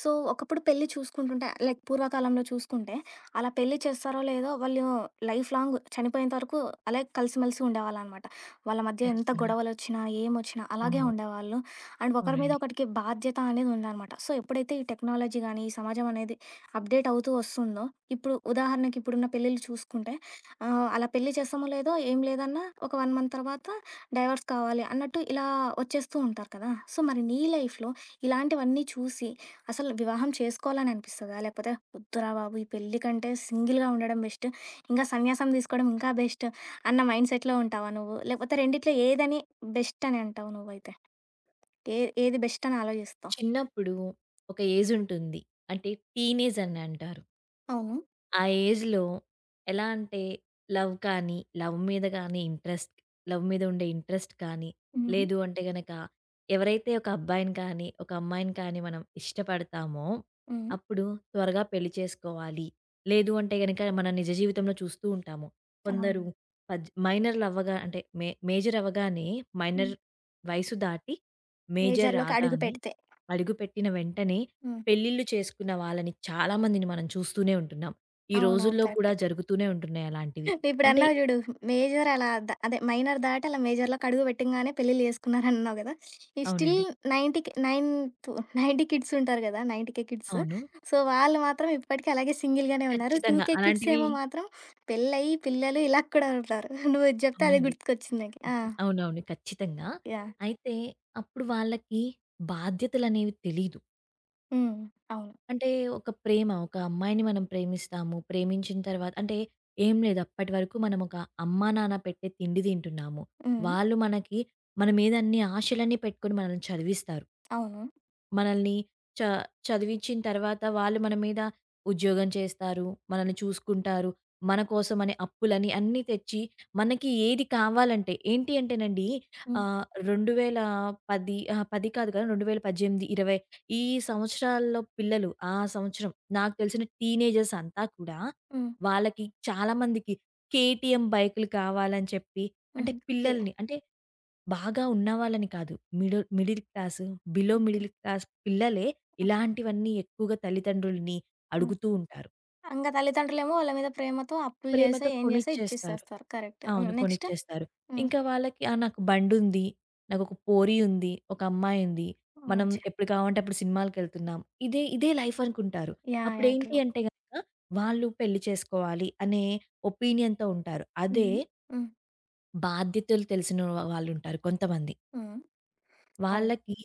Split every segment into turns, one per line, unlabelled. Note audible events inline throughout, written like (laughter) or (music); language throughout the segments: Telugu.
సో, ఒకప్పుడు పెళ్లి చూసుకుంటుంటే లైక్ పూర్వకాలంలో చూసుకుంటే, అలా పెళ్లి చేస్తారో లేదో వాళ్ళు లైఫ్ లాంగ్ చనిపోయేంత వరకు అలాగే కలిసిమెలిసి ఉండేవాళ్ళనమాట. వాళ్ళ మధ్య ఎంత
ఖచ్చితంగా.
గొడవలొచ్చినా, ఏమొచ్చినా అలాగే
అవును.
ఉండేవాళ్ళు. అండ్ ఒకరి మీద
అవునండి.
ఒకడికి బాధ్యత అనేది ఉందనమాట. సో, ఎప్పుడైతే ఈ టెక్నాలజీ గానీ, ఈ సమాజం అనేది అప్‌డేట్ అవుతూ వస్తుందో, ఇప్పుడు ఉదాహరణకి ఇప్పుడున్న పెళ్ళిళ్ళు చూసుకుంటే అలా పెళ్లి చేస్తామో లేదో, ఏం లేదన్నా ఒక 1 మంత్ తర్వాత డైవర్స్ కావాలి అన్నట్టు ఇలా వచ్చేస్తూ ఉంటారు కదా! సో, మరి నీ లైఫ్‌లో ఇలాంటివన్నీ చూసి అసలు వివాహం చేసుకోవాలని అనిపిస్తదా? లేకపోతే వద్దురా బాబు! ఈ పెళ్లి కంటే సింగిల్‌గా ఉండడం బెస్ట్. ఇంకా సన్యాసం తీసుకోవడం ఇంకా బెస్ట్ అన్న మైండ్ సెట్‌లో ఉంటావా నువ్వు? లేకపోతే రెండిట్లో ఏదని బెస్ట్ అని అంటావు నువ్వైతే? ఏది బెస్ట్ అని ఆలోచిస్తావు?
చిన్నప్పుడు ఒక ఏజ్ ఉంటుంది. అంటే టీనేజ్ అని అంటారు.
అవును.
ఆ ఏజ్‌లో ఎలా అంటే లవ్ కానీ, లవ్ మీద గాని ఇంట్రెస్ట్ లవ్ మీద ఉండే ఇంట్రెస్ట్ కానీ,
హుహు.
లేదు అంటే గనక ఎవరైతే ఒక అబ్బాయిని కానీ, ఒక అమ్మాయిని కానీ మనం ఇష్టపడతామో,
హ్మ్.
అప్పుడు త్వరగా పెళ్లి చేసుకోవాలి. లేదు అంటే గనక మనం నిజ జీవితంలో చూస్తూ ఉంటాము.
అవును.
కొందరు పద్ మైనర్‌లు అవ్వగా అంటే మే మేజర్ అవ్వగానే మైనర్
హ్మ్.
వయసు దాటి మేజర్
మేజర్‌లోకి అడుగు
రాగానే
పెడితే.
అడుగుపెట్టిన వెంటనే
హ్మ్.
పెళ్ళిళ్ళు చేసుకున్న వాళ్ళని చాలా మందిని మనం చూస్తూనే ఉంటున్నాం. ఈ
అవునవును.
రోజుల్లో కూడా
కరెక్టే.
జరుగుతూనే ఉంటున్నాయి అలాంటివి. అంటే
ఇప్పుడన్నావు జూడు. మేజర్ అలా ద అదే మైనర్ దాటి అలా మేజర్‌లోకి అడుగు పెట్టంగానే పెళ్ళిళ్ళు చేసుకున్నారన్నావు గదా! ఈ స్టిల్
అవునండి.
90కి నైన్ తు 90 కిడ్స్ ఉంటారు గదా! 90 కిడ్స్.
అవును.
సో, వాళ్ళు మాత్రం ఇప్పటికి అలాగే సింగిల్‌గానే ఉన్నారు. 2
ఖచ్చితంగా.
కిడ్స్
అలాంటివి
ఏమో మాత్రం పెళ్ళయి, పిల్లలు ఇలా కూడా ఉంటారు. నువ్వు ఇది చెప్తే అదే
అవునండి.
గుర్తుకొచ్చింది నాకు. ఆ!
అవునవును. ఖచ్చితంగా.
యాహ్!
అయితే అప్పుడు వాళ్ళకి బాధ్యతలనేవి తెలీదు.
హ్మ్. అవును.
అంటే ఒక ప్రేమ, ఒక అమ్మాయిని మనం ప్రేమిస్తాము. ప్రేమించిన తర్వాత అంటే ఏం లేదు అప్పటి వరకు మనం ఒక అమ్మా, నాన్న పెట్టే తిండి తింటున్నాము.
హ్మ్.
వాళ్ళు మనకి మన మీద అన్ని ఆశలన్నీ పెట్టుకొని మనల్ని చదివిస్తారు.
అవును.
మనల్ని చ చదివించిన తర్వాత వాళ్ళు మన మీద ఉద్యోగం చేస్తారు. మనల్ని చూసుకుంటారు. మన కోసమని అప్పులని అన్నీ తెచ్చి మనకి ఏది కావాలంటే ఏంటి అంటేనండి
హ్మ్.
2010 అహా! 10 కాదు కదా! 2018, 20 ఈ సంవత్సరాల్లో పిల్లలు ఆ సంవత్సరం నాకు తెలిసిన టీనేజర్స్ అంతా కూడా
హ్మ్.
వాళ్ళకి చాలా మందికి కేటీఎం బైకులు కావాలని చెప్పి అంటే
హ్మ్. కే.
పిల్లల్ని అంటే బాగా ఉన్నవాళ్ళని కాదు. Middle middle class, below
okay.
Middle class పిల్లలే
హ్మ్.
ఇలాంటివన్నీ ఎక్కువగా తల్లిదండ్రులని
హ్మ్.
అడుగుతూ ఉంటారు.
ఇంక తల్లిదండ్రులేమో వాళ్ళ మీద ప్రేమతో అప్పులు చేసో,
ప్రేమతో
ఏం చేసో
కొనిచ్చేస్తారు.
ఇచ్చిచ్చేస్తారు. కరెక్ట్. హ్మ్.
అవును.
నెక్స్ట్?
కొనిచ్చేస్తారు.
హ్మ్.
ఇంకా వాళ్ళకి "ఆ! నాకు బండుంది. నాకొక పోరి ఉంది. ఒక అమ్మాయుంది. మనం
ఓకే.
ఎప్పుడు కావాలంటే అప్పుడు సినిమాలకెళ్తున్నాం." ఇదే ఇదే లైఫ్ అనుకుంటారు.
యాహ్! యాహ్! ట్రూ.
అప్పుడేంటి అంటే గనక వాళ్ళు పెళ్లి చేసుకోవాలి అనే ఒపీనియన్‌తో ఉంటారు. అదే
హ్మ్. హ్మ్.
బాధ్యతలు తెలిసిన వాళ్ళుంటారు కొంతమంది.
హ్మ్. అవును.
వాళ్ళకి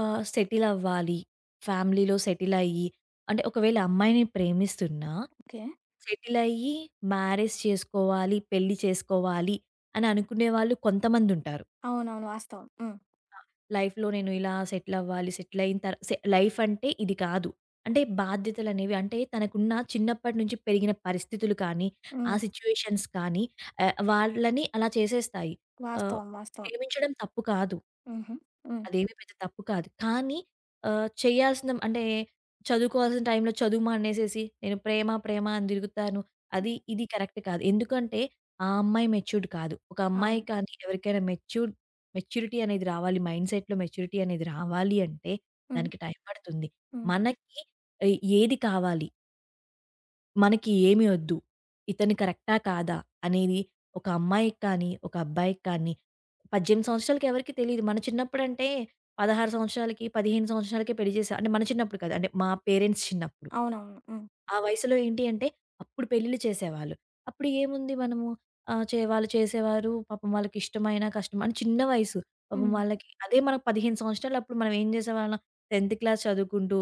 సెటిల్ అవ్వాలి. ఫ్యామిలీలో సెటిల్ అయ్యి, అంటే ఒకవేళ అమ్మాయిని ప్రేమిస్తున్నా,
ఓకే.
సెటిల్ అయ్యి మ్యారేజ్ చేసుకోవాలి, పెళ్లి చేసుకోవాలి అని అనుకునే వాళ్ళు కొంతమందుంటారు.
అవునవును. వాస్తవం. హ్మ్.
లైఫ్‌లో నేను ఇలా సెటిల్ అవ్వాలి, సెటిల్ అయిన తర్ సె లైఫ్ అంటే ఇది కాదు. అంటే బాధ్యతలనేవి అంటే తనకున్న చిన్నప్పటి నుంచి పెరిగిన పరిస్థితులు కానీ, ఆ
హ్మ్.
సిట్యుయేషన్స్ కానీ వాళ్ళని అలా చేసేస్తాయి. ఆహ్,
వాస్తవం. వాస్తవం.
ప్రేమించడం తప్పు కాదు.
హుహు. హ్మ్.
అదేమి పెద్ద తప్పు కాదు. కానీ చేయాల్సిన అంటే చదువుకోవాల్సిన టైంలో చదువు మానేసేసి నేను ప్రేమ, ప్రేమ అని తిరుగుతాను. అది ఇది కరెక్ట్ కాదు. ఎందుకంటే ఆ అమ్మాయి మెచ్యూర్డ్ కాదు. ఒక అమ్మాయి
అవును.
కానీ ఎవరికైనా మెచ్యూర్డ్ మెచ్యూరిటీ అనేది రావాలి. మైండ్‌సెట్‌లో మెచ్యూరిటీ అనేది రావాలి అంటే
హ్మ్.
దానికి టైం పడుతుంది.
హ్మ్.
మనకి ఏది కావాలి? మనకి ఏమి ఒద్దు. ఇతను కరెక్టా? కాదా? అనేది ఒక అమ్మాయికి కానీ, ఒక అబ్బాయికి కానీ 18 సంవత్సరాలకి ఎవరికీ తెలీదు. మన చిన్నప్పుడంటే 16 సంవత్సరాలకి, 15 సంవత్సరాలకే పెళ్లి చేసే అంటే మన చిన్నప్పుడు కాదు. అంటే మా పేరెంట్స్ చిన్నప్పుడు.
అవునవును. హ్మ్.
ఆ వయసులో ఏంటి అంటే అప్పుడు పెళ్లిళ్ళు చేసేవాళ్ళు. అప్పుడు ఏముంది మనము ఆహ్, చే వాళ్ళు చేసేవారు. పాపం వాళ్ళకిష్టమైనా, కష్టమైనా అని చిన్న వయసు. పాపం
హ్మ్.
వాళ్ళకి అదే మనకు 15 సంవత్సరాలప్పుడు మనం ఏం చేసేవాళ్ళం 10థ్ క్లాస్ చదువుకుంటూ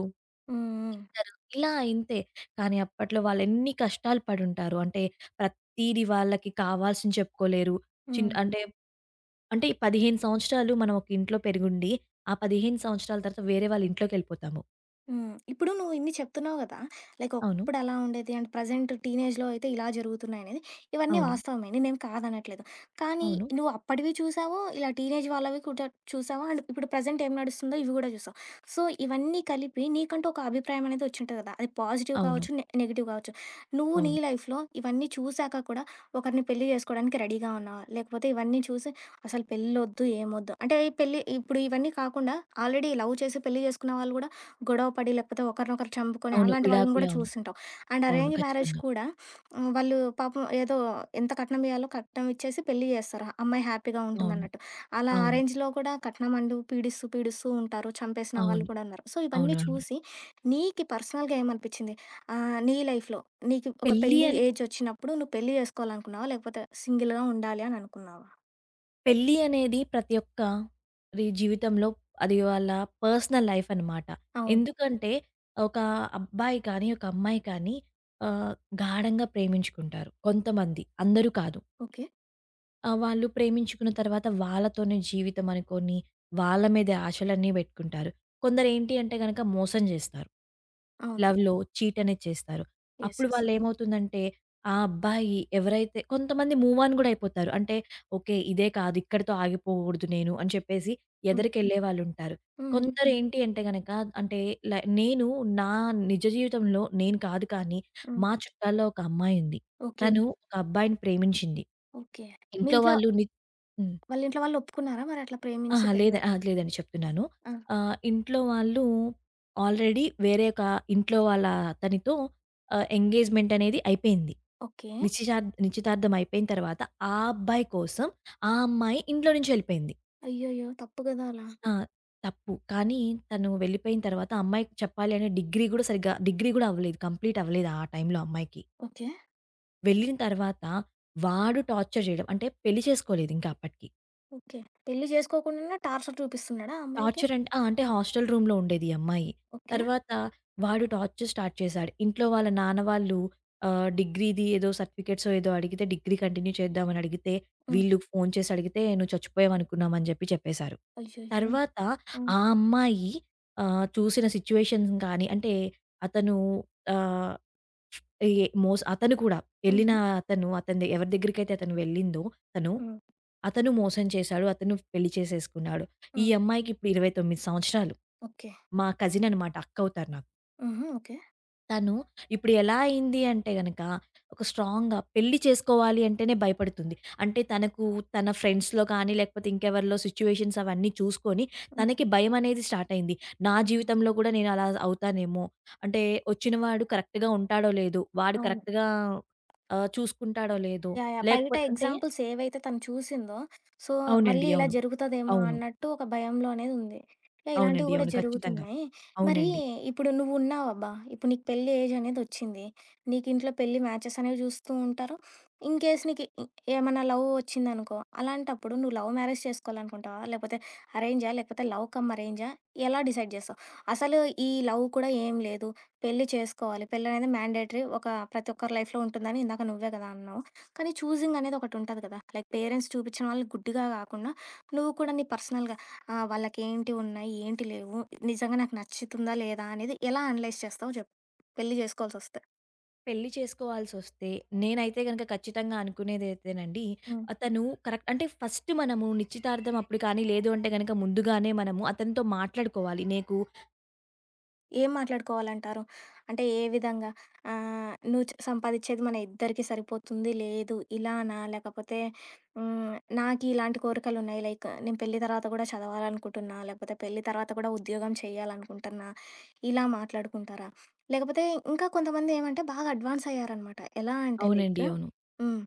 హ్మ్. హ్మ్.
తింటారు. ఇలా ఇంతే. కానీ అప్పట్లో వాళ్ళెన్ని కష్టాలు పడుంటారు. అంటే ప్రతీది వాళ్ళకి కావాల్సింది చెప్పుకోలేరు.
హ్మ్.
అంటే, అంటే 15 సంవత్సరాలు మనం ఒక ఇంట్లో పెరిగుండి, ఆ 15 సంవత్సరాల తర్వాత వేరే వాళ్ళ ఇంట్లోకెళ్ళిపోతాము.
హ్మ్. ఇప్పుడు నువ్వు ఇన్ని చెప్తున్నావు గదా! లైక్
అవును.
ఒకప్పుడు అలా ఉండేది అండ్ ప్రెజెంట్ టీనేజ్‌లో అయితే ఇలా జరుగుతున్నాయనేది, ఇవన్నీ
అవును.
వాస్తవమే. నేనేం కాదనట్లేదు. కానీ
అవును.
నువ్వు అప్పటివి చూసావు, ఇలా టీనేజ్ వాళ్ళవి కూడా చూసావు అండ్ ఇప్పుడు ప్రెజెంట్ ఏం నడుస్తుందో ఇవి గూడా చూసావు. సో, ఇవన్నీ కలిపి నీకంటూ ఒక అభిప్రాయం అనేది వచ్చుంటది గదా! అది పాజిటివ్
అవును.
కావచ్చు, నెగెటివ్ కావచ్చు. నువ్వు నీ
అవును.
లైఫ్‌లో ఇవన్నీ చూసాక కూడా ఒకరిని పెళ్లి జేసుకోవడానికి రెడీగా ఉన్నావా? లేకపోతే ఇవన్నీ చూసి అసలు పెళ్ళొద్దు, ఏమొద్దు అంటే పెళ్లి ఇప్పుడు ఇవన్నీ కాకుండా ఆల్రెడీ లవ్ చేసి పెళ్లి జేసుకున్న వాళ్ళు గూడా గొడవ పడి, లేకపోతే ఒకరినొకరు చంపుకొని
అవును.
అలాంటి వాళ్ళని
విడాకులు.
కూడా
అవును.
చూసుంటాం. అండ్
అవును.
అరేంజ్ మ్యారేజ్
ఖచ్చితంగా.
కూడా హ్మ్, వాళ్ళు పాపం ఏదో ఎంత కట్నం ఇయ్యాలో కట్నం ఇచ్చేసి పెళ్లి జేస్తారు. అమ్మాయి హ్యాపీగా
అవును.
ఉంటుందన్నట్టు. అలా
అవును.
అరేంజ్‌లో కూడా కట్నం అంటూ పీడిస్తూ, పీడిస్తూ ఉంటారు. చంపేసిన వాళ్ళు
అవును.
కూడా ఉన్నారు. సో, ఇవన్నీ
అవును. అవును.
చూసి నీకి పర్సనల్‌గా ఏమనిపిచ్చింది? నీ లైఫ్‌లో నీకు ఒక
పెళ్లి
పెళ్లి ఏజ్ ఒచ్చినప్పుడు నువ్వు పెళ్లి జేసుకోవాలనుకున్నావా? లేకపోతే సింగిల్‌గా ఉండాలి అని అనుకున్నావా?
పెళ్లి అనేది ప్రతి ఒక్కరి జీవితంలో అది వాళ్ళ పర్సనల్ లైఫ్ అన్నమాట.
అవును.
ఎందుకంటే ఒక అబ్బాయి కానీ, ఒక అమ్మాయి కానీ ఆహ్, గాఢంగా ప్రేమించుకుంటారు కొంతమంది, అందరూ కాదు.
ఓకే.
ఆ! వాళ్ళు ప్రేమించుకున్న తర్వాత వాళ్ళతోనే జీవితం అనుకోని, వాళ్ళ మీదే ఆశలన్నీ పెట్టుకుంటారు. కొందరేంటి అంటే గనక మోసం జేస్తారు.
అవును.
లవ్‌లో చీట్ అనేది చేస్తారు.
యెస్.
అప్పుడు
యెస్.
వాళ్ళేమవుతుందంటే, ఆ అబ్బాయి ఎవరైతే కొంతమంది మూవ్ ఆన్ గూడా అయిపోతారు. అంటే ఓకే. ఇదే కాదు. ఇక్కడితో ఆగిపోకూడదు నేను అని చెప్పేసి
హ్మ్.
ఎదరికెళ్ళేవాళ్ళుంటారు.
హ్మ్.
కొందరేంటి అంటే గనక అంటే ల నేను నా నిజ జీవితంలో నేను కాదు కానీ,
హ్మ్.
మా చుట్టాల్లో ఒక అమ్మాయుంది.
ఓకే.
తను ఒక అబ్బాయిని ప్రేమించింది.
ఓకే. మీ
ఇంట్లో
ఇంట్లో
వాళ్ళు హ్మ్.
వాళ్ళ ఇంట్లో వాళ్ళు ఒప్పుకున్నారా మరి అట్లా ప్రేమించి
అహా! లేద
పెళ్లి
ఆ! లేదండి చెప్తున్నాను.
ఆ!
ఇంట్లో వాళ్ళు ఆల్రెడీ వేరే ఒక ఇంట్లో వాళ్ళ అతనితో ఎంగేజ్‌మెంట్ అనేది అయిపోయింది.
ఓకే.
నిశ్చితా నిశ్చితార్థం అయిపోయిన తర్వాత ఆ అబ్బాయి కోసం ఆ అమ్మాయి ఇంట్లో నుంచి వెళ్ళిపోయింది.
అయ్యయ్యో! తప్పు కదా అలా.
ఆ! తప్పు. కానీ తను వెళ్ళిపోయిన తర్వాత అమ్మాయికి చెప్పాలి అనే డిగ్రీ గూడా సరిగ్గా డిగ్రీ గూడా అవ్వలేదు. కంప్లీట్ అవ్వలేదు ఆ టైంలో అమ్మాయికి.
ఓకే.
వెళ్ళిన తర్వాత వాడు టార్చర్ చేయడం. అంటే పెళ్లి చేసుకోలేదు ఇంకా అప్పటికి.
ఓకే. పెళ్లి చేసుకోకుండానే టార్చర్ చూపిస్తున్నాడా ఆ అమ్మాయికి?
టార్చర్ అంటే ఆ! అంటే హాస్టల్ రూమ్‌లో ఉండేది ఈ అమ్మాయి.
ఓకే.
తర్వాత వాడు టార్చర్ స్టార్ట్ చేశాడు. ఇంట్లో వాళ్ళ నాన్న వాళ్ళు డిగ్రీది ఏదో సర్టిఫికేట్సో ఏదో అడిగితే డిగ్రీ కంటిన్యూ చేద్దామని అడిగితే,
హ్మ్.
వీళ్ళు ఫోను చేసి అడిగితే "నువ్వు చచ్చిపోయావు అనుకున్నాం" అని చెప్పి చెప్పేశారు.
అయ్యయ్యో!
తర్వాత
హ్మ్.
ఆ అమ్మాయి చూసిన సిట్యుయేషన్స్ కానీ అంటే అతను ఆహ్, ఏ మోస్ అతను కూడా ఎళ్ళిన
హ్మ్.
అతను అతనిది ఎవరి దగ్గరికైతే అతను వెళ్ళిందో తను,
హ్మ్.
అతను మోసం చేశాడు. అతను పెళ్లి చేసేసుకున్నాడు. ఈ
హ్మ్.
అమ్మాయికి ఇప్పుడు 29 సంవత్సరాలు.
ఓకే.
మా కజిన్ అనమాట. అక్కవుతారు నాకు.
హుహు. ఓకే.
తను ఇప్పుడు ఎలా అయింది అంటే గనక, ఒక స్ట్రాంగ్‌గా పెళ్లి చేసుకోవాలి అంటేనే భయపడుతుంది. అంటే తనకు తన ఫ్రెండ్స్‌లో కానీ, లేకపోతే ఇంకెవరిలో సిట్యుయేషన్స్ అవన్నీ చూసుకొని,
హ్మ్.
తనకి భయమనేది స్టార్ట్ అయింది. నా
హ్మ్.
జీవితంలో కూడా నేను అలా అవుతానేమో! అంటే వచ్చిన వాడు కరెక్ట్‌గా ఉంటాడో లేదో, వాడు
అవును.
కరెక్ట్‌గా చూసుకుంటాడో లేదో,
యాహ్! యాహ్! బయట
లేకపోతే అంటే
ఎగ్జాంపుల్స్ ఏవైతే తను చూసిందో, సో,
అవునండి.
మళ్ళీ ఇలా
అవును.
జరుగుతదేమో
అవును.
అన్నట్టు ఒక భయంలో అనేది ఉంది. యాహ్! ఇలాంటివి
అవునండి.
కూడా
అవును. ఖచ్చితంగా.
జరుగుతున్నాయి. మరి
అవునండి.
ఇప్పుడు నువ్వున్నావబ్బా! ఇప్పుడు నీకు పెళ్లి ఏజ్ అనేదొచ్చింది. నీకు ఇంట్లో పెళ్లి మ్యాచెస్ అనేవి చూస్తూ ఉంటారు. ఇన్ కేస్ నీకు ఇ ఏమన్నా లవ్ వచ్చిందనుకో, అలాంటప్పుడు నువ్వు లవ్ మ్యారేజ్ చేసుకోవాలనుకుంటావా? లేకపోతే అరేంజా? లేకపోతే లవ్ కమ్ అరేంజా? ఎలా డిసైడ్ చేస్తావు? అసలు ఈ లవ్ కూడా ఏం లేదు. పెళ్లి చేసుకోవాలి. పెళ్లనేది మ్యాండేటరీ ఒక ప్రతి ఒక్కరి లైఫ్‌లో ఉంటుందని ఇందాక నువ్వే కదా అన్నావు. కానీ చూసింగ్ అనేది ఒకటుంటది కదా! లైక్ పేరెంట్స్ చూపిచ్చిన వాళ్ళు గుడ్డిగా కాకుండా, నువ్వు కూడా నీ పర్సనల్‌గా వాళ్ళకేంటి ఉన్నాయి? ఏంటి లేవు? నిజంగా నాకు నచ్చుతుందా? లేదా? అనేది ఎలా అనలైజ్ చేస్తావో జెప్పు. పెళ్లి జేసుకోవాల్సొస్తే?
పెళ్లి చేసుకోవాల్సొస్తే నేనైతే గనక ఖచ్చితంగా అనుకునేదైతేనండి,
హ్మ్.
అతను కరెక్ట్ అంటే ఫస్ట్ మనము నిశ్చితార్థం అప్పుడు కానీ లేదు అంటే గనక ముందుగానే మనము అతనితో మాట్లాడుకోవాలి. నీకు
ఏం మాట్లాడుకోవాలంటారు? అంటే ఏ విధంగా? నువ్వు సంపాదిచ్చేది మన ఇద్దరికీ సరిపోతుంది, లేదు ఇలానా? లేకపోతే హ్మ్, నాకు ఇలాంటి కోరికలున్నాయి. లైక్ నేను పెళ్లి తర్వాత కూడా చదవాలనుకుంటున్నా, లేకపోతే పెళ్లి తర్వాత కూడా ఉద్యోగం చేయాలనుకుంటున్నా, ఇలా మాట్లాడుకుంటారా? లేకపోతే ఇంకా కొంతమంది ఏమంటే బాగా అడ్వాన్స్ అయ్యారనమాట. ఎలా అంటే
అవునండి.
లైక్
అవును.
హ్మ్.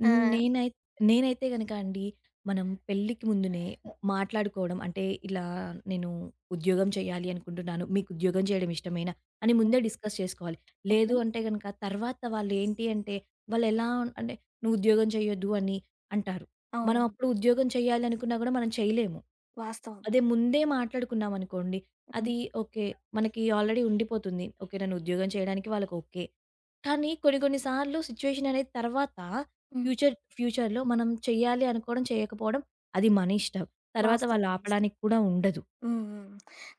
హ్మ్.
ఆహ్,
నేనైతే గనక అండి, మనం పెళ్ళికి ముందునే మాట్లాడుకోవడం అంటే, ఇలా నేను ఉద్యోగం చేయాలి అనుకుంటున్నాను. మీకు ఉద్యోగం చేయడం ఇష్టమేనా? అని ముందే డిస్కస్ చేసుకోవాలి.
ఓకే.
లేదు అంటే గనక తర్వాత వాళ్ళేంటి అంటే, వాళ్ళెలా అంటే, "నువ్వు ఉద్యోగం చేయొద్దు" అని అంటారు. మనం
అవును.
అప్పుడు ఉద్యోగం చేయాలి అనుకున్నా గూడా మనం చేయలేము.
వాస్తవం.
అదే ముందే మాట్లాడుకున్నామనుకోండి,
హ్మ్.
అది ఓకే. మనకి ఆల్రెడీ ఉండిపోతుంది. ఓకే. నన్ను ఉద్యోగం చేయడానికి వాళ్ళకి ఓకే. కానీ కొన్ని కొన్ని సార్లు సిచ్యుయేషన్ అనేది తర్వాత
హ్మ్.
ఫ్యూచర్‌లో మనం చేయాలి అనుకోవడం, చేయకపోవడం అది మన ఇష్టం. తర్వాత వాళ్ళు
వాస్తవం. వాస్తవం.
ఆపడానికి కూడా ఉండదు.
హ్మ్. హ్మ్.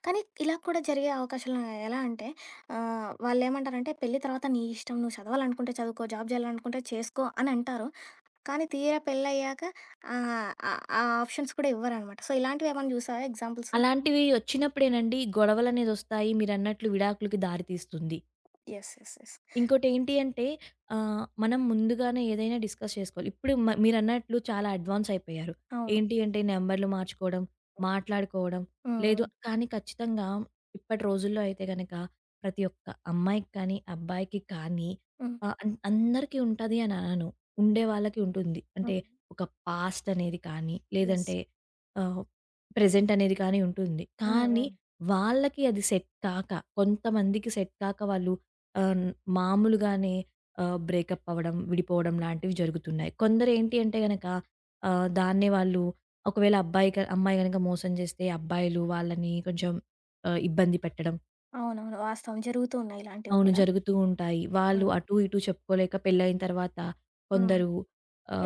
కానీ ఇలా కూడా జరిగే అవకాశాలున్నాయి. ఎలా అంటే వాళ్ళేమంటారంటే పెళ్లి తర్వాత నీ ఇష్టం. నువ్వు చదవాలనుకుంటే చదువుకో, జాబ్ చేయాలనుకుంటే చేసుకో అని అంటారు. కానీ తీరా పెళ్లయ్యాక ఆహ్, ఆహ్, ఆ ఆప్షన్స్ కూడా ఇవ్వరనమాట. సో, ఇలాంటివేమన్నా చూసావా ఎగ్జాంపుల్స్?
అలాంటివి వచ్చినప్పుడేనండి గొడవలనేదొస్తాయి. మీరన్నట్లు విడాకులకి దారి తీస్తుంది.
యెస్. యెస్. యెస్.
ఇంకోటేంటి అంటే మనం ముందుగానే ఏదైనా డిస్కస్ చేసుకోవాలి. ఇప్పుడు మీరన్నట్లు చాలా అడ్వాన్స్ అయిపోయారు.
అవును.
ఏంటి అంటే నంబర్‌లు మార్చుకోవడం, మాట్లాడుకోవడం. లేదు
హ్మ్.
కానీ ఖచ్చితంగా ఇప్పటి రోజుల్లో అయితే గనక ప్రతి ఒక్క అమ్మాయికి కానీ, అబ్బాయికి కానీ
హ్మ్.
ఆహ్, అన్ అందరికీ ఉంటది అని అనను. ఉండే
హ్మ్.
వాళ్ళకి ఉంటుంది. అంటే
హ్మ్.
ఒక పాస్ట్ అనేది కానీ,
యెస్.
లేదంటే ఆహ్, ప్రెజెంట్ అనేది కానీ ఉంటుంది.
హ్మ్.
కానీ
హ్మ్.
వాళ్ళకి అది సెట్ కాక కొంతమందికి సెట్ కాక వాళ్ళు ఆహ్, హ్మ్. మామూలుగానే బ్రేకప్ అవ్వడం, విడిపోవడం లాంటివి జరుగుతున్నాయి. కొందరేంటి అంటే గనక దాన్నే వాళ్ళు ఒకవేళ అబ్బాయి అమ్మాయి గనక మోసం చేస్తే అబ్బాయిలు వాళ్ళని కొంచెం ఇబ్బంది పెట్టడం.
అవునవును. వాస్తవం. జరుగుతూ ఉన్నాయి ఇలాంటివి
అవును
కూడా.
జరుగుతూ ఉంటాయి. వాళ్ళు
హ్మ్.
అటు ఇటు చెప్పుకోలేక పెళ్ళైన తర్వాత
హ్మ్.
కొందరు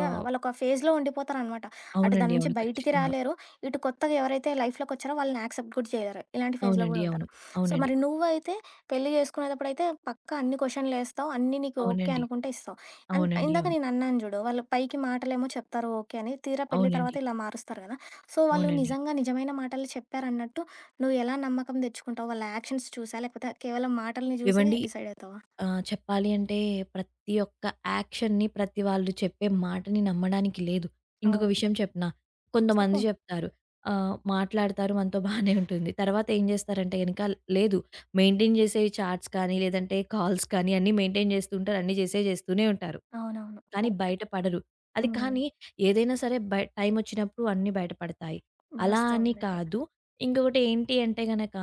యాహ్! వాళ్ళొక ఫేజ్‌లో ఉండిపోతారనమాట. అటు
అవునండి.
దాని నుంచి
అవును.
బయటికి
ఖచ్చితంగా.
రాలేరు. ఇటు కొత్తగా ఎవరైతే లైఫ్‌లోకొచ్చారో వాళ్ళని యాక్సెప్ట్ కూడా చేయలేరు. ఇలాంటి ఫేజ్‌లో
అవునండి.
గూడా
అవును.
ఉంటారు. సో,
అవునండి.
మరి నువ్వైతే పెళ్లి చేసుకునేటప్పుడైతే పక్కా అన్ని క్వెషన్‌లేస్తావు. అన్నీ నీకు ఓకే
అవునండి.
అనుకుంటే ఇస్తావు. అండ్
అవునండి.
ఇందాక
అవును.
నేనన్నాను జూడు, వాళ్ళు పైకి మాటలేమో చెప్తారు ఓకే అని. తీరా పెళ్లి
అవునండి.
తర్వాత ఇలా మారుస్తారు గదా! సో, వాళ్ళు
అవునండి.
నిజంగా నిజమైన మాటలు చెప్పారన్నట్టు నువ్వు ఎలా నమ్మకం తెచ్చుకుంటావు? వాళ్ళ యాక్షన్స్ చూసా? లేకపోతే కేవలం మాటల్ని జూసే
ఇవ్వండి
డిసైడ్ అవుతావా?
ఆ! చెప్పాలి అంటే ప్రతి ఒక్క యాక్షన్‌ని, ప్రతి వాళ్ళు చెప్పే మాటని నమ్మడానికి లేదు. ఇంకొక
అవును.
విషయం చెప్పనా? కొంతమంది
చెప్పు.
చెప్తారు. మాట్లాడతారు మనతో బానే ఉంటుంది. తర్వాత ఏం చేస్తారంటే గనక లేదు మెయింటైన్ చేసే చాట్స్ కానీ, లేదంటే కాల్స్ కానీ అన్నీ మెయింటైన్ చేస్తూ ఉంటారు. అన్నీ చేసేయి చేస్తూనే ఉంటారు.
అవునవును.
కానీ
కరెక్ట్.
బయట పడరు. అది
హ్మ్.
కానీ ఏదైనా సరే బై టైం వచ్చినప్పుడు అన్నీ బయటపడతాయి. అలా
వాస్తవం
అని
అదైతే.
కాదు. ఇంకొకటి ఏంటి అంటే గనక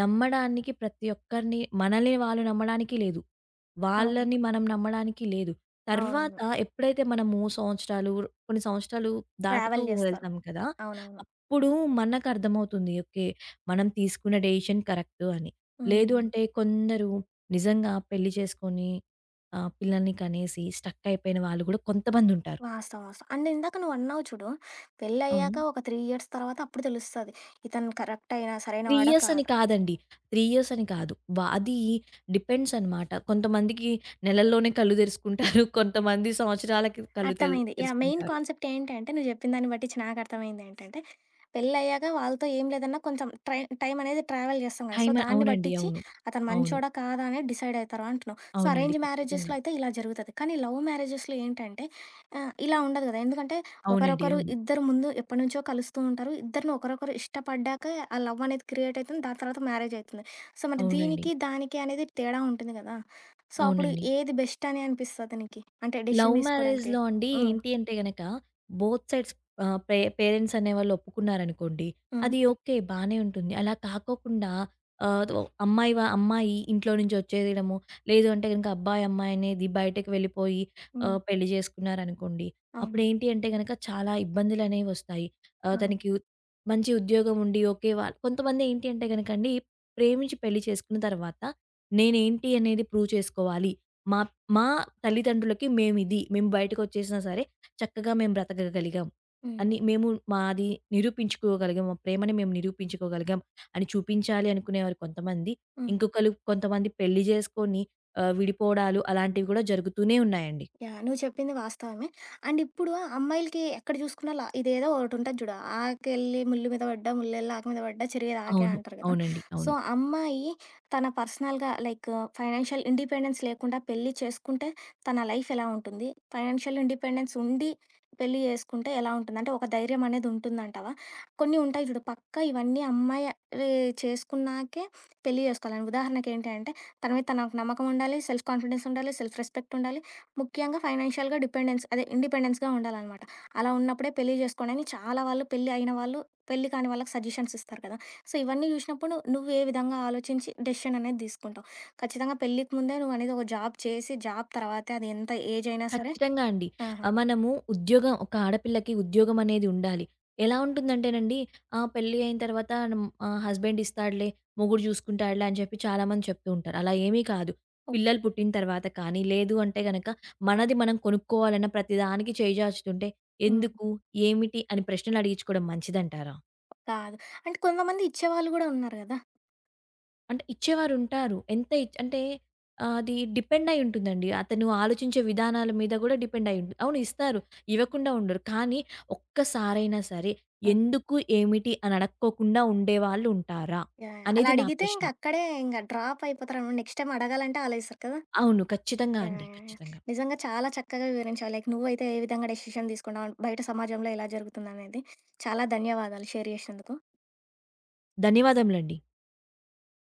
నమ్మడానికి ప్రతి ఒక్కరిని మనల్ని వాళ్ళు నమ్మడానికి లేదు. వాళ్ళని
అవును.
మనం నమ్మడానికి లేదు. తర్వాత
అవునవును.
ఎప్పుడైతే మనము సంవత్సరాలు, కొన్ని సంవత్సరాలు దాటుతూ
ట్రావెల్ జేస్తారు.
వెళ్తాం కదా!
అవునవును.
అప్పుడు మనకర్థమవుతుంది. ఓకే. మనం తీసుకున్న డెసిషన్ కరెక్టు అని. లేదు
హ్మ్.
అంటే కొందరు నిజంగా పెళ్లి చేసుకొని పిల్లల్ని కనేసి స్టక్ అయిపోయిన వాళ్ళు కూడా కొంతమందుంటారు.
వాస్తవం. వాస్తవం. అండ్ ఇందాక నువ్వన్నావు చూడు, పెళ్లయ్యాక
అవును.
ఒక 3 ఇయర్స్ తర్వాత అప్పుడు తెలుస్తది. ఇతను కరెక్ట్ అయినా
3
సరైనవాడా
ఇయర్స్ అని
కాదా?
కాదండి. 3 ఇయర్స్ అని కాదు. అది డిపెండ్స్ అనమాట. కొంతమందికి నెలల్లోనే కళ్ళు తెరుసుకుంటారు. (laughs) కొంతమంది సంవత్సరాలకి కళ్ళు
అర్థమైంది. యాహ్! మెయిన్
తెరుసుకుంటారు.
కాన్సెప్ట్ ఏంటంటే నువ్వు జెప్పిన దాన్ని బట్టిచ్చి నాకర్థమైంది ఏంటంటే, పెళ్లయ్యాక వాళ్ళతో ఏం లేదన్నా కొంచెం ట్రై టైం అనేది ట్రావెల్ జేస్తాం గదా! సో,
టైమ్
దాన్ని
అవునండి.
బట్టిచ్చి
అవును.
అతను
అవును.
మంచోడా? కాదా? అనేది డిసైడ్ అయితారు అంటున్నావు. సో,
అవునండి.
అరేంజ్
ఖచ్చితంగా.
మ్యారేజెస్‌లో అయితే ఇలా జరుగుతది. కానీ లవ్ మ్యారేజెస్‌లో ఏంటంటే ఇలా ఉండదు గదా! ఎందుకంటే
అవునండి.
ఒకరొకరు
అవును.
ఇద్దరు ముందు ఎప్పటినుంచో కలుస్తూ ఉంటారు. ఇద్దరిని ఒకరొకరు ఇష్టపడ్డాకే ఆ లవ్ అనేది క్రియేట్ అయితుంది. దాని తర్వాత మ్యారేజ్ అయితుంది. సో, మరి
అవునండి.
దీనికి, దానికి అనేది తేడా ఉంటుంది గదా! సో, అప్పుడు
అవునండి.
ఏది బెస్ట్ అని అనిపిస్తది నీకి? అంటే
లవ్
డెసిషన్ తీసుకోవడానికి?
మ్యారేజ్‌లో అండి
హ్మ్.
ఏంటి అంటే గనక బోత్ సైడ్స్ ఆహ్, పే పేరెంట్స్ అనేవాళ్ళు ఒప్పుకున్నారనుకోండి.
హ్మ్.
అది ఓకే. బానే ఉంటుంది. అలా కాకోకుండా ఆహ్, దో అమ్మాయి వా అమ్మాయి ఇంట్లో నుంచి వచ్చేయడము, లేదు అంటే గనక అబ్బాయి, అమ్మాయి అనేది బయటకి వెళ్ళిపోయి
హ్మ్.
పెళ్లి చేసుకున్నారనుకోండి.
అవును.
అప్పుడేంటి అంటే గనక చాలా ఇబ్బందులనేవి వస్తాయి. ఆహ్,
అవును.
తనకి ఉ మంచి ఉద్యోగం ఉండి ఓకే. కొంతమంది ఏంటి అంటే గనకండి, ప్రేమించి పెళ్లి చేసుకున్న తర్వాత నేనేంటి అనేది ప్రూవ్ చేసుకోవాలి. మా మా తల్లిదండ్రులకి మేమిది. మేము బయటకొచ్చేసినా సరే, చక్కగా మేము బ్రతకగలిగాం.
హ్మ్.
అని మేము మాది నిరూపించుకోగలిగాం. మా ప్రేమని మేము నిరూపించుకోగలిగాం అని చూపించాలి అనుకునేవారు కొంతమంది.
హ్మ్.
ఇంకొకళ్ళు కొంతమంది పెళ్లి జేసుకొని విడిపోవడాలు అలాంటివి గూడా జరుగుతూనే ఉన్నాయండి.
యాహ్! నువ్వు చెప్పింది వాస్తవమే. అండ్ ఇప్పుడు అమ్మాయిలకి ఎక్కడ చూసుకున్నా లా ఇదేదో ఒకటుంటది చూడు. "ఆకెళ్ళి ముల్లు మీద పడ్డా, ముల్లెళ్ళి ఆకు మీద పడ్డా చెరిగేది ఆకే"
అవును.
అంటారు కదా!
అవునండి.
సో,
అవును.
అమ్మాయి తన పర్సనల్‌గా లైక్ ఫైనాన్షియల్ ఇండిపెండెన్స్ లేకుండా పెళ్లి చేసుకుంటే తన లైఫ్ ఎలా ఉంటుంది? ఫైనాన్షియల్ ఇండిపెండెన్స్ ఉండి పెళ్లి చేసుకుంటే ఎలా ఉంటుంది? అంటే ఒక ధైర్యం అనేది ఉంటుందంటావా? కొన్ని ఉంటాయి చూడు పక్కా ఇవన్నీ అమ్మాయి వే చేసుకున్నాకే పెళ్లి చేసుకోవాలని. ఉదాహరణకేంటి అంటే, తన మీద తనకు నమ్మకం ఉండాలి, సెల్ఫ్ కాన్ఫిడెన్స్ ఉండాలి, సెల్ఫ్ రెస్పెక్ట్ ఉండాలి. ముఖ్యంగా ఫైనాన్షియల్‌గా డిపెండెన్స్ అదే ఇండిపెండెన్స్‌గా ఉండాలనమాట. అలా ఉన్నప్పుడే పెళ్లి చేసుకోండని చాలా వాళ్ళు పెళ్లి అయిన వాళ్ళు, పెళ్లి కాని వాళ్ళకి సజెషన్స్ ఇస్తారు కదా! సో, ఇవన్నీ చూసినప్పుడు నువ్వు ఏ విధంగా ఆలోచించి డెసిషన్ అనేది తీసుకుంటావు? ఖచ్చితంగా పెళ్ళికి ముందే నువ్వనేది ఒక జాబ్ చేసి, జాబ్ తర్వాతే అది ఎంత ఏజ్ అయినా సరే
ఖచ్చితంగా అండి.
ఆహా!
ఆహ్, మనము ఉద్యోగం ఒక ఆడపిల్లకి ఉద్యోగం అనేది ఉండాలి. ఎలా ఉంటుందంటేనండి పెళ్లి అయిన తర్వాత హ్మ్, హస్బెండ్ ఇస్తాడులే, మొగుడు చూసుకుంటాడులే అని చెప్పి చాలామంది చెప్తూ ఉంటారు. అలా ఏమీ కాదు. పిల్లలు
ఓకే.
పుట్టిన తర్వాత కానీ, లేదు అంటే గనక మనది మనం కొనుక్కోవాలన్న ప్రతి దానికి చేయి చాచుతుంటే
హ్మ్.
ఎందుకు? ఏమిటి? అని ప్రశ్నలు అడిగించుకోవడం మంచిదంటారా?
కాదు. అంటే కొంతమంది ఇచ్చేవాళ్ళు గూడా ఉన్నారు గదా!
అంటే ఇచ్చేవారుంటారు. ఎంత ఇచ్ అంటే అది డిపెండ్ అయి ఉంటుందండి. అతను ఆలోచించే విధానాల మీద గూడా డిపెండ్ అయి ఉంటుంది. అవును ఇస్తారు. ఇవ్వకుండా ఉండరు. కానీ ఒక్కసారైనా సరే
ఆ!
ఎందుకు, ఏమిటి అని అడక్కోకుండా ఉండేవాళ్ళు ఉంటారా?
యాహ్! యాహ్! అలా
అనేది నా
అడిగితే
ప్రశ్న.
ఇంక అక్కడే ఇంక డ్రాప్ అయిపోతారనమాట. నెక్స్ట్ టైమ్ అడగాలంటే ఆలోచిస్తారు కదా!
అవును. ఖచ్చితంగా
యాహ్!
అండి.
యాహ్! యాహ్!
ఖచ్చితంగా.
నిజంగా చాలా చక్కగా వివరించావు. లైక్ నువ్వైతే ఏ విధంగా డెసిషన్ తీసుకున్నావు, బయట సమాజంలో ఎలా జరుగుతుందనేది. చాలా ధన్యవాదాలు షేర్ చేసినందుకు.
ధన్యవాదములండి.